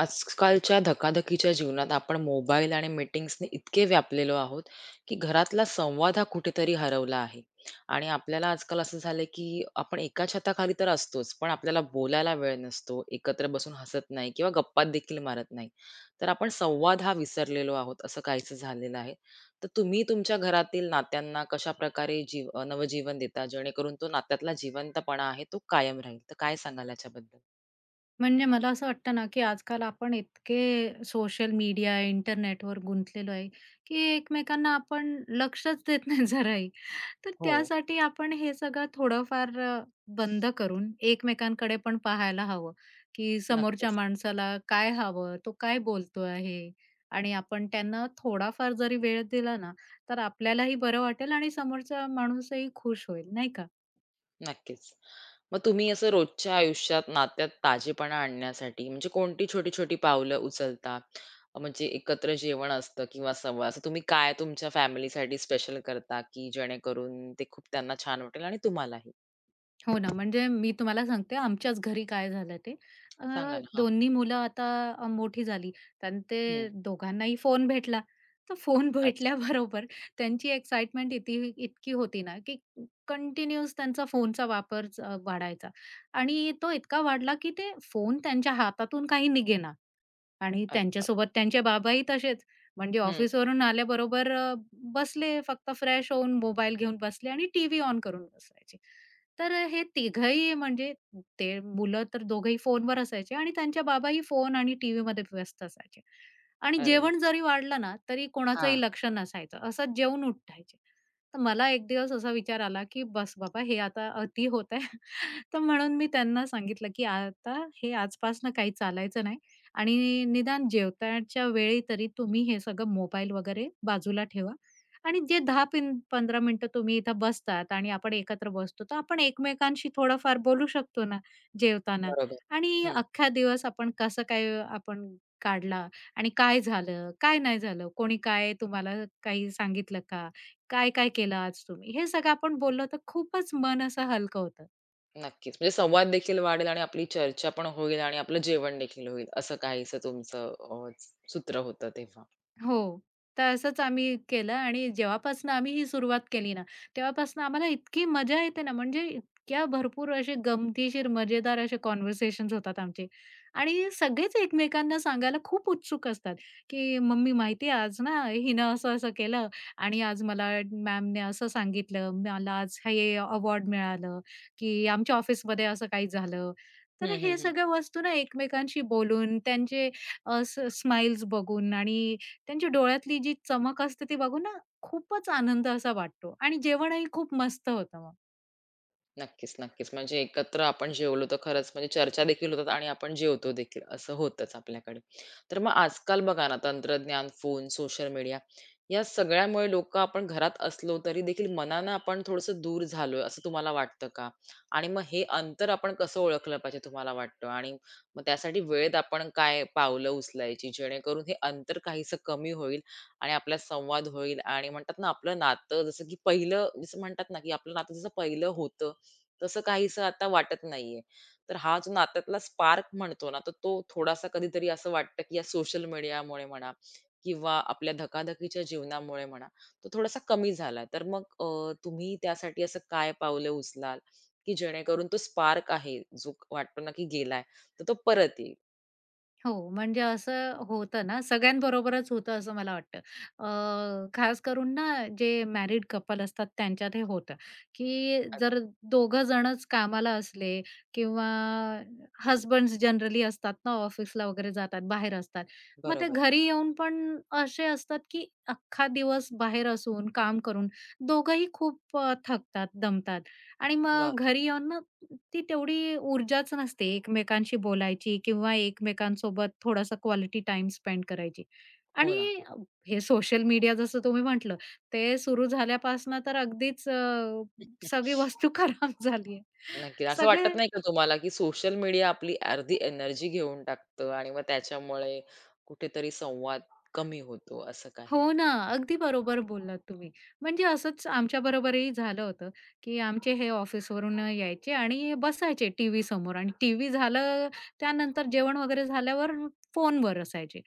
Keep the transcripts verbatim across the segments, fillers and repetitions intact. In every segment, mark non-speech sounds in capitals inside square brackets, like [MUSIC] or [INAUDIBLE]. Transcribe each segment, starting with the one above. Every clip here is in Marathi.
आजकालच्या धकाधकीच्या जीवनात आपण मोबाईल आणि मीटिंग्सने इतके व्यापलेलो आहोत की घरातला संवाद हा कुठेतरी हरवला आहे. आणि आपल्याला आजकाल असं झालंय की आपण एका छताखाली तर असतोच, पण आपल्याला बोलायला वेळ नसतो, एकत्र बसून हसत नाही किंवा गप्पात देखील मारत नाही. तर आपण संवाद हा विसरलेलो आहोत, असं काहीसं झालेलं आहे. तर तुम्ही तुमच्या घरातील नात्यांना कशा प्रकारे जीव अ, नवजीवन देता, जेणेकरून तो नात्यातला जिवंतपणा आहे तो कायम राहील, तर काय सांगाल याच्याबद्दल? म्हणजे मला असं वाटतं ना, की आजकाल आपण इतके सोशल मीडिया, इंटरनेटवर गुंतलेलो आहे, की एकमेकांना आपण लक्षच देत नाही [LAUGHS] जराही. तर हो. त्यासाठी आपण हे सगळं थोडंफार अ, बंद करून एकमेकांकडे पण पाहायला हवं, की समोरच्या नक्कीच. माणसाला काय हवं, तो काय बोलतो आहे आणि आपण त्यांना थोडाफार जरी वेळ दिला ना, तर आपल्यालाही बरं वाटेल आणि समोरचा माणूसही खुश होईल, नाही का? नक्कीच. मग तुम्ही असं रोजच्या आयुष्यात नात्यात ताजेपणा आणण्यासाठी म्हणजे कोणती छोटी-छोटी पावलं उचलता? म्हणजे एकत्र जेवण असतं किंवा संवाद, असं तुम्ही काय तुमच्या फॅमिलीसाठी स्पेशल करता, की जेणेकरून ते खूप त्यांना छान वाटेल आणि तुम्हालाही? हो ना, म्हणजे मी तुम्हाला सांगते आमच्याच घरी काय झालं ते. अ, सांगा ना? हां. दोन्ही मुलं आता अ, मोठी झाली आणि ते हं. दोघांनाही फोन भेटला. तर फोन [LAUGHS] अच्छा. भेटल्याबरोबर त्यांची एक्साइटमेंट इती इतकी होती ना, की कंटिन्यूअस त्यांचा फोनचा वापर अ, वाढायचा आणि तो इतका वाढला, की ते फोन त्यांच्या हातातून काही निघेना. आणि अरे वाह! त्यांच्यासोबत त्यांचे बाबाही तसेच. म्हणजे हं. ऑफिसवरून आल्याबरोबर अ, बसले फक्त फ्रेश होऊन मोबाईल घेऊन बसले आणि टीव्ही ऑन करून बसायचे. तर हे तिघही म्हणजे ते मुलं तर दोघंही फोनवर असायचे आणि त्यांच्या बाबाही फोन आणि टीव्हीमध्ये व्यस्त असायचे. आणि अरे जेवण वाह! जरी वाढलं ना, तरी हां. कोणाचंही लक्ष नसायचं. असंच जेवून उठायचे. तर मला एक दिवस असा विचार आला, की "बस बाबा हे आता अति होत आहे." तर म्हणून मी त्यांना सांगितलं, की आता हे आजपासनं काही चालायचं नाही आणि निदान जेवताच्या वेळी तरी तुम्ही हे सगळं मोबाईल वगैरे बाजूला ठेवा आणि जे दहा पिन पंधरा मिनिटं तुम्ही इथं बसतात आणि आपण एकत्र बसतो, तर आपण एकमेकांशी थोडंफार बोलू शकतो ना जेवताना बरोबर. आणि हं. अख्खा दिवस आपण कसं काय आपण काढला आणि काय झालं, काय नाही झालं, कोणी काय तुम्हाला काही सांगितलं का? काय-काय केलं आज तुम्ही? हे सगळं आपण बोललो तर खूपच मन असं हलकं होतं. नक्कीच. म्हणजे संवाद देखील वाढेल आणि आपली चर्चा पण होईल आणि आपलं जेवण देखील होईल. असं काहीसं तुमचं अ, सूत्र होतं तेव्हा. हो. तर असंच आम्ही केलं आणि जेव्हापासनं आम्ही ही सुरुवात केली ना, तेव्हापासनं आम्हाला इतकी मजा येते ना, म्हणजे इतक्या भरपूर असे गमतीशीर, मजेदार असे कन्व्हर्सेशन्स होतात आमचे. आणि सगळेच एकमेकांना सांगायला खूप उत्सुक असतात, की "मम्मी माहिती आहे आज ना, हिनं असं-असं केलं आणि आज मला मॅमने असं सांगितलं, मला आज हे अवॉर्ड मिळालं, की आमच्या ऑफिसमध्ये असं काही झालं." हं, तर हं, हे हं. सगळ्या वस्तू ना एकमेकांशी बोलून, त्यांचे अ, बघून आणि त्यांची डोळ्यातली जी चमक असते ती बघून ना खूपच आनंद असा वाटतो आणि जेवणही खूप मस्त होतं मग. नक्कीच, नक्कीच. म्हणजे एकत्र आपण जेवलो तर खरंच म्हणजे चर्चा देखील होतात आणि आपण जेवतो देखील, असं होतंच आपल्याकडे. तर मग आजकाल बघा ना, तंत्रज्ञान, फोन, सोशल मीडिया, या सगळ्यामुळे लोकं, आपण घरात असलो तरी देखील मनानं आपण थोडंसं दूर झालोय, असं तुम्हाला वाटतं का? आणि मग हे अंतर आपण कसं ओळखलं पाहिजे तुम्हाला वाटतं? आणि मग त्यासाठी वेळेत आपण काय पावलं उचलायची जेणेकरून हे अंतर काहीसं कमी होईल आणि आपला संवाद होईल. आणि म्हणतात ना, आपलं नातं जसं की पहिलं, जसं म्हणतात ना की आपलं नातं जसं पहिलं होतं तसं काहीसं आता वाटत नाहीये. तर हा जो नात्यातला स्पार्क म्हणतो ना, तर तो थोडासा कधीतरी असं वाटतं, की या सोशल मीडियामुळे म्हणा किंवा आपल्या धकाधकीच्या जीवनामुळे म्हणा, तो थोडासा कमी झाला. तर मग अ, तुम्ही त्यासाठी असं काय पावलं उचलाल, की जेणेकरून तो स्पार्क आहे, जो वाटतो ना, की गेलाय, तर तो परत येईल? हो, म्हणजे असं होतं ना, सगळ्यांबरोबरच होतं असं मला वाटतं. अ, खास करून ना, जे मॅरीड कपल असतात त्यांच्यात हे होतं, की अ, जर दोघं जणच कामाला असले किंवा हसबंड्स जनरली असतात ना, ऑफिसला वगैरे जातात, बाहेर असतात. मग ते बरोबर. घरी येऊन पण असे असतात, की अख्खा दिवस बाहेर असून, काम करून दोघंही खूप अ, थकतात, दमतात आणि मग बापरे! घरी येऊन ना ती तेवढी ऊर्जाच नसते एकमेकांशी बोलायची किंवा एकमेकांसोबत थोडासा क्वालिटी टाइम स्पेंड करायची. हो आणि ना. हे सोशल मीडिया जसं तुम्ही म्हटलं, ते सुरू झाल्यापासनं तर अगदीच अ, सगळी वस्तू [LAUGHS] खराब झाली आहे. नक्की. असं वाटत सगळे नाही का तुम्हाला, की सोशल मीडिया आपली अर्धी एनर्जी घेऊन टाकतं आणि मग त्याच्यामुळे कुठेतरी संवाद कमी होतो, असं काही? हो ना, अगदी बरोबर बोललात तुम्ही. म्हणजे असंच आमच्याबरोबरही झालं होतं, की आमचे हे ऑफिसवरून यायचे आणि बसायचे टीव्ही समोर आणि टीव्ही झालं त्यानंतर जेवण वगैरे झाल्यावर फोनवर असायचे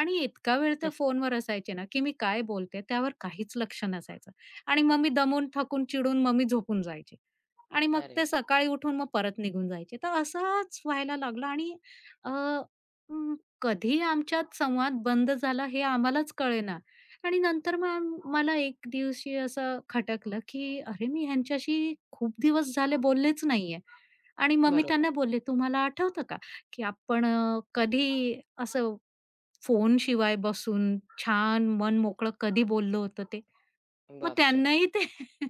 आणि इतका वेळ त्या [LAUGHS] फोनवर असायचे ना, की मी काय बोलते त्यावर काहीच लक्ष नसायचं आणि मग मी दमून, थकून, चिडून मग मी झोपून जायचे आणि मग अरे ते बापरे! सकाळी उठून मग परत निघून जायचे. तर असंच व्हायला लागलं आणि अ, अं, कधी आमच्यात संवाद बंद झाला हे आम्हालाच कळेना आणि नंतर मग मला एक दिवशी असं खटकलं, की अरे मी ह्यांच्याशी खूप दिवस झाले बोललेच नाहीये. आणि मग मी बरोबर. त्यांना बोलले, "तुम्हाला आठवतं का, की आपण अ, कधी असं फोनशिवाय बसून छान मन मोकळं कधी बोललो होतो ते?" मग बापरे! त्यांनाही ते [LAUGHS]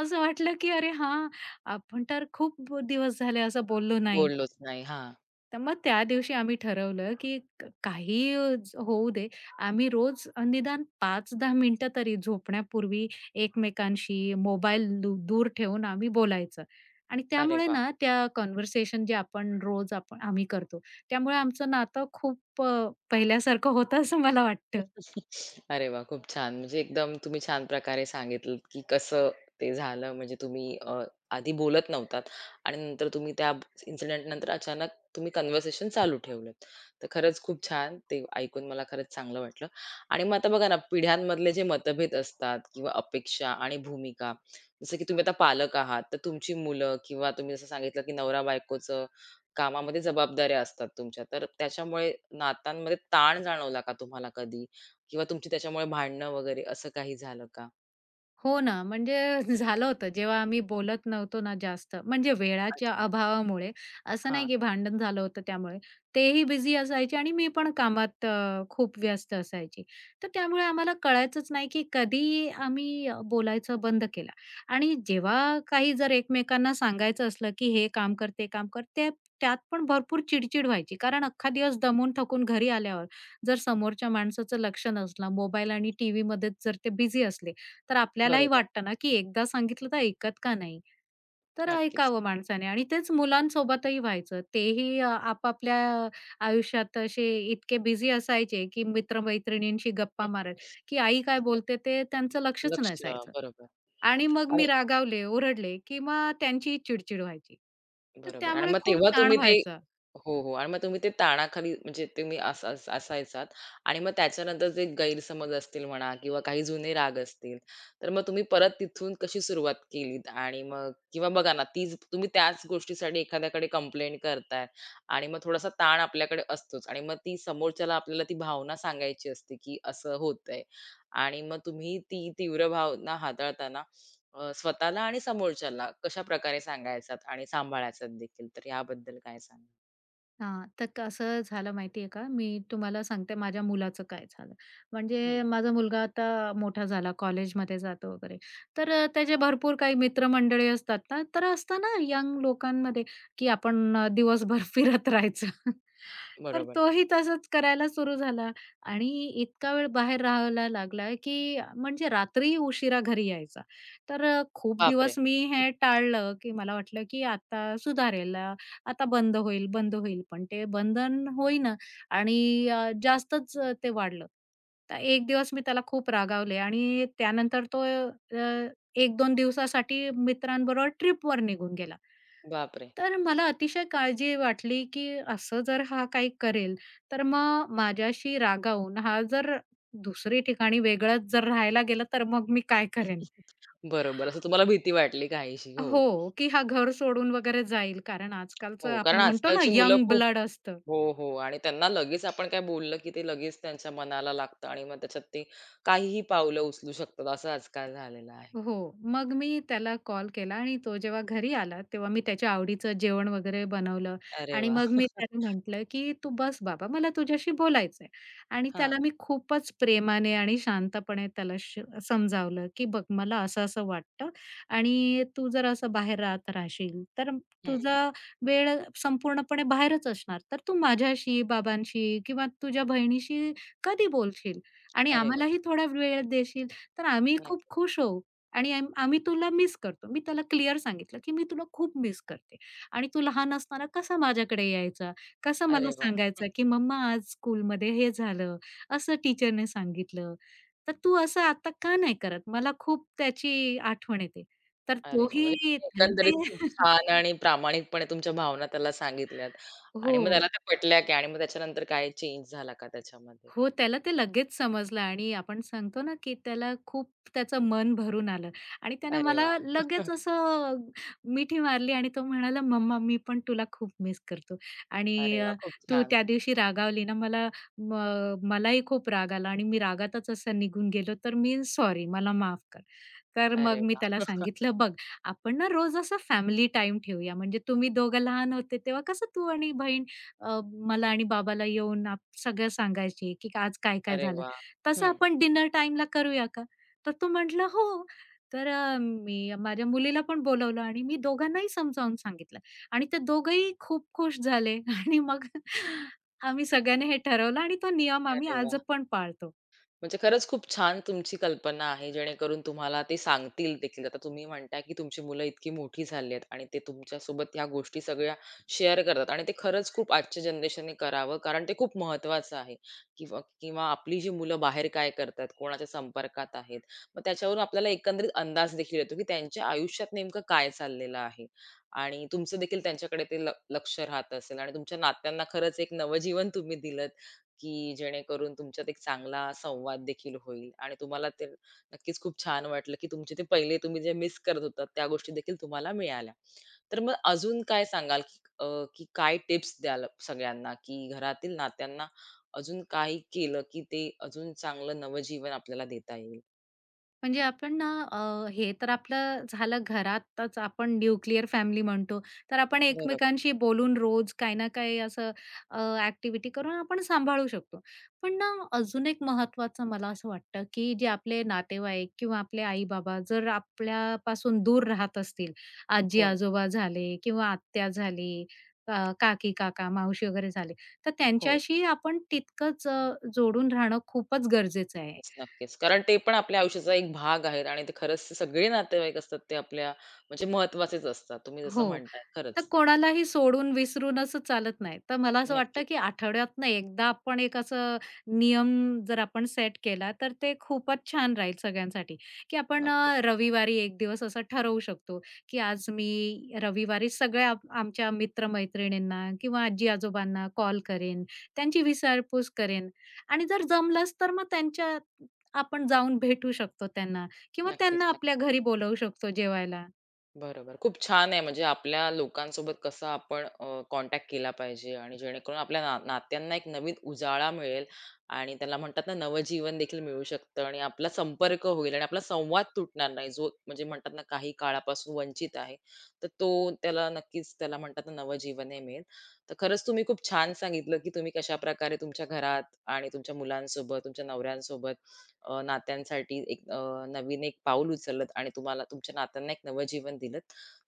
असं वाटलं, की अरे हां, आपण तर खूप दिवस झाले असं बोललो नाही. बोललोच नाही. हां. तर मग त्या दिवशी आम्ही ठरवलं, की क काहीही होऊ दे, आम्ही रोज निदान पाच ते दहा मिनिटं तरी झोपण्यापूर्वी एकमेकांशी मोबाईल दू दूर ठेवून आम्ही बोलायचं. आणि अरे त्यामुळे वाह! ना, त्या कन्व्हर्सेशन जे आपण रोज आपण आम्ही करतो, त्यामुळे आमचं नातं खूप अ, पहिल्यासारखं होतं असं मला वाटतं. [LAUGHS] अरे वा, खूप छान. म्हणजे एकदम तुम्ही छान प्रकारे सांगितलंत, की कसं ते झालं. म्हणजे तुम्ही अ, आधी बोलत नव्हतात आणि नंतर तुम्ही त्या इन्सिडेंट नंतर अचानक तुम्ही कन्व्हर्सेशन चालू ठेवलत. तर खरंच खूप छान. ते ऐकून मला खरंच चांगलं वाटलं. आणि मग आता बघा ना, पिढ्यांमधले जे मतभेद असतात किंवा अपेक्षा आणि भूमिका, जसं की तुम्ही आता पालक आहात, तर तुमची मुलं, किंवा तुम्ही जसं सांगितलं, की नवरा-बायकोचं कामामध्ये जबाबदाऱ्या असतात तुमच्या. तर त्याच्यामुळे नात्यांमध्ये ताण जाणवला का तुम्हाला कधी? किंवा तुमची त्याच्यामुळे भांडणं वगैरे असं काही झालं का? हो ना, म्हणजे [LAUGHS] झालं होतं जेव्हा आम्ही बोलत नव्हतो ना जास्त, म्हणजे वेळाच्या अच्छा. अभावामुळे असं नाही हां, की भांडण झालं होतं त्यामुळे. तेही बिझी असायचे आणि मी पण कामात अ, खूप व्यस्त असायची. तर त्यामुळे आम्हाला कळायचंच नाही की कधी आम्ही अ, बोलायचं बंद केलं आणि जेव्हा काही जर एकमेकांना सांगायचं असलं की हे काम कर, ते काम कर, ते त्यात पण भरपूर चिडचिड व्हायची. कारण अख्खा दिवस दमून थकून घरी आल्यावर जर समोरच्या माणसाचं लक्ष नसलं, मोबाईल आणि टीव्हीमध्येच जर ते बिझी असले, तर आपल्यालाही बरोबर. वाटतं ना, की एकदा सांगितलं तर ऐकत का नाही? तर नक्कीच. ऐकावं माणसाने आणि तेच मुलांसोबतही व्हायचं. तेही अ, आपापल्या आयुष्यात असे इतके बिझी असायचे, की मित्र-मैत्रिणींशी गप्पा मारत, की आई काय बोलते ते त्यांचं लक्षच लक्ष. नसायचं. बरोबर. आणि मग मी आणि रागावले, ओरडले किंवा त्यांची चिडचिड व्हायची. तर बरोबर, आणि त्यामुळे मग खूप तेव्हा ताण तुम्ही ते व्हायचा. हो, हो. आणि मग तुम्ही ते ताणाखाली, म्हणजे तुम्ही अस अस असायचात, आणि मग त्याच्यानंतर जे गैरसमज असतील म्हणा किंवा काही जुने राग असतील, तर मग तुम्ही परत तिथून कशी सुरुवात केलीत? आणि मग किंवा बघा ना, तीच तुम्ही त्याच गोष्टीसाठी एखाद्याकडे कंप्लेंट करताय आणि मग थोडासा ताण आपल्याकडे असतोच, आणि मग ती समोरच्याला आपल्याला ती भावना सांगायची असते, की असं होतंय. आणि मग तुम्ही ती तीव्र भावना हाताळताना अ, स्वतःला आणि समोरच्याला कशाप्रकारे सांगायचात आणि सांभाळायचात देखील, तर याबद्दल काय सांगाल? हां, तर कसं झालं माहिती का, मी तुम्हाला सांगते माझ्या मुलाचं काय झालं. म्हणजे हं, माझा मुलगा आता मोठा झाला, कॉलेजमध्ये जातो वगैरे. तर अ, त्याचे भरपूर काही मित्रमंडळी असतात ना, तर असतं ना यंग लोकांमध्ये, की आपण अ, दिवसभर [LAUGHS] फिरत राहायचं. तर बरोबर. तोही तसंच करायला सुरू झाला आणि इतका वेळ बाहेर राहायला लागला, की म्हणजे रात्री उशिरा घरी यायचा. तर अ, खूप दिवस बापरे! मी हे टाळलं, की मला वाटलं, की आता सुधारेल. आता बंद होईल, बंद होईल. पण ते बंधन होईना आणि अ, जास्तच अ, ते वाढलं. तर एक दिवस मी त्याला खूप रागावले आणि त्यानंतर तो अ, एक दोन दिवसासाठी मित्रांबरोबर ट्रिपवर निघून गेला. बापरे! तर मला अतिशय काळजी वाटली, की असं जर हा काही करेल, तर मग माझ्याशी रागावून हा जर दुसरी ठिकाणी वेगळंच जर राहायला गेला, तर मग मी काय करेन? [LAUGHS] बरोबर. असं तुम्हाला भीती वाटली काहीशी. हो. हो, की हा घर सोडून वगैरे जाईल. कारण आजकालचं हो, कारण आपण म्हणतो ना, आजकालची मुलं यंग खूप. ब्लड असतं. हो, हो, आणि त्यांना लगेच आपण काय बोललं, की ते लगेच त्यांच्या मनाला लागतं आणि मग त्याच्यात ते काहीही पावलं उचलू शकतात, असं आजकाल झालेलं आहे. हो. मग मी त्याला कॉल केला आणि तो जेव्हा घरी आला, तेव्हा मी त्याच्या आवडीचं जेवण वगैरे बनवलं अरे आणि वाह! मग मी त्याला म्हटलं, की "तू बस बाबा, मला तुझ्याशी बोलायचंय." आणि हां. त्याला मी खूपच प्रेमाने आणि शांतपणे त्याला श समजावलं, की "बघ, मला असं-असं वाटतं आणि तू जर असं बाहेर राहत राहशील, तर हं. [LAUGHS] तुझा वेळ संपूर्णपणे बाहेरच असणार. तर तू माझ्याशी, बाबांशी किंवा तुझ्या बहिणीशी कधी बोलशील आणि अरे वाह! आम्हालाही थोडा वेळ देशील, तर आम्ही खूप नक्की. खुश होऊ." आणि आम आम्ही तुला मिस करतो. मी त्याला क्लिअर सांगितलं, की "मी तुला खूप मिस करते आणि तू लहान असताना कसा माझ्याकडे यायचा, कसा मला अरे वाह! सांगायचा, की मम्मा आज स्कूलमध्ये हे झालं, असं टीचरने सांगितलं. तर तू असं आता का नाही करत? मला खूप त्याची आठवण येते." तर अरे वाह! तोही म्हणजे त्याला एकंदरीत ते खूप [LAUGHS] छान आणि प्रामाणिकपणे तुमच्या भावना त्याला सांगितल्यात, हो. आणि मग त्याला त्या पटल्या की, आणि मग त्याच्यानंतर काही चेंज झाला का त्याच्यामध्ये? हो, त्याला ते लगेच समजलं आणि आपण सांगतो ना, की त्याला खूप त्याचं मन भरून आलं आणि त्यानं अरे मला वाह! [LAUGHS] लगेच असं मिठी मारली आणि तो म्हणाला, "मम्मा, मी पण तुला खूप मिस करतो आणि अरे वाह! अ, खूप तू छान. त्या दिवशी रागावली ना मला म मलाही खूप राग आला आणि मी रागातच असा निघून गेलो, तर मी सॉरी, मला माफ कर." तर अरे मग मी त्याला वाह! सांगितलं, "बघ, आपण ना रोज असा फॅमिली टाईम ठेवूया. म्हणजे तुम्ही दोघं लहान होते तेव्हा कसं तू आणि बहीण अ, मला आणि बाबाला येऊन आप सगळं सांगायची, की आज काय-काय अरे झालं. वाह! तसं हं. आपण डिनर टाईमला करूया का? तर तो म्हटला, "हो." तर अ, मी माझ्या मुलीला पण बोलावलं आणि मी दोघांनाही समजावून सांगितलं आणि ते दोघंही खूप खुश झाले [LAUGHS] आणि मग आम्ही सगळ्यांनी हे ठरवलं आणि तो नियम आम्ही अरे आज वाह! पण पाळतो. म्हणजे खरंच खूप छान तुमची कल्पना आहे, जेणेकरून तुम्हाला ते सांगतील देखील. आता तुम्ही म्हणताय, की तुमची मुलं इतकी मोठी झाली आहेत आणि ते तुमच्यासोबत ह्या गोष्टी सगळ्या शेअर करतात, आणि ते खरंच खूप आजच्या जनरेशनने करावं, कारण ते खूप महत्त्वाचं आहे. किंवा किंवा आपली जी मुलं बाहेर काय करतात, कोणाच्या संपर्कात आहेत, मग त्याच्यावरून आपल्याला एकंदरीत अंदाज देखील येतो, की त्यांच्या आयुष्यात नेमकं काय चाललेलं आहे, आणि तुमचं देखील त्यांच्याकडे ते ल लक्ष राहत असेल आणि तुमच्या नात्यांना खरंच एक नवं तुम्ही दिलं, की जेणेकरून तुमच्यात एक चांगला संवाद देखील होईल आणि तुम्हाला ते नक्कीच खूप छान वाटलं की तुमचे ते पहिले तुम्ही जे मिस करत होता त्या गोष्टी देखील तुम्हाला मिळाल्या. तर मग अजून काय सांगाल की अ, की काय टिप्स द्याल सगळ्यांना, की घरातील नात्यांना अजून काही केलं की ते अजून चांगलं नवजीवन आपल्याला देता येईल? म्हणजे आपण ना अ, हे तर आपलं झालं घरातच आपण न्यूक्लिअर फॅमिली म्हणतो. तर आपण बरोबर. एकमेकांशी बोलून रोज काही ना काही असं अ, ॲक्टिव्हिटी करून आपण सांभाळू शकतो. पण ना अजून एक महत्त्वाचं मला असं वाटतं, की जे आपले नातेवाईक किंवा आपले आई-बाबा जर आपल्यापासून दूर राहत असतील, हो ना. आजी-आजोबा झाले किंवा आत्या झाली, अ, काकी-काका, मावशी वगैरे झाले, तर हो. त्यांच्याशी आपण तितकंच अ, जोडून राहणं खूपच गरजेचं आहे. नक्कीच, नक्कीच. कारण ते पण आपल्या आयुष्याचा एक भाग आहेत आणि ते खरंच, ते सगळे नातेवाईक असतात ते आपल्या म्हणजे महत्त्वाचेच असतात. तुम्ही जसं हो. म्हणताय तर खरंच. कोणालाही सोडून विसरून असं चालत नाही. तर मला असं नक्की, वाटतं, की आठवड्यातनं एकदा आपण एक असं नियम जर आपण सेट केला, तर ते खूपच छान राहील सगळ्यांसाठी, की आपण नक्की. अ, रविवारी एक दिवस असं ठरवू शकतो, की आज मी रविवारी सगळ्या आप- आमच्या मित्र किंवा आजी-आजोबांना कॉल करेन, त्यांची विचारपूस करेन आणि जर जमलंच तर मग त्यांच्या आपण जाऊन भेटू शकतो त्यांना किंवा नक्कीच, त्यांना आपल्या नक्की. घरी बोलावू शकतो जेवायला. बरोबर. खूप छान आहे, म्हणजे आपल्या लोकांसोबत कसं आपण कॉन्टॅक्ट केला पाहिजे आणि जेणेकरून आपल्या ना नात्यांना एक नवीन उजाळा मिळेल आणि त्याला म्हणतात ना नवं जीवन देखील मिळू शकतं, आणि आपला संपर्क होईल आणि आपला संवाद तुटणार नाही. जो म्हणजे म्हणतात ना, काही काळापासून वंचित आहे, तर तो, त्याला नक्कीच त्याला म्हणतात ना नवं जीवनही मिळेल. तर खरंच तुम्ही खूप छान सांगितलं, की तुम्ही कशाप्रकारे तुमच्या घरात आणि तुमच्या मुलांसोबत, तुमच्या नवऱ्यांसोबत अ, नात्यांसाठी एक अ, नवीन एक पाऊल उचललत आणि तुम्हाला तुमच्या नात्यांना एक नवं जीवन दिलत.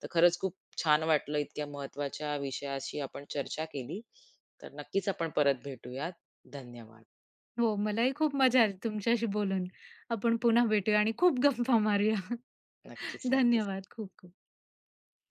तर खरंच खूप छान वाटलं इतक्या महत्त्वाच्या विषयाशी आपण चर्चा केली. तर नक्कीच आपण परत भेटूयात. धन्यवाद. हो, मलाही खूप मजा आली तुमच्याशी बोलून. आपण पुन्हा भेटूया आणि खूप गप्पा मारूया. [LAUGHS] नक्कीच, नक्कीच. धन्यवाद खूप खूप.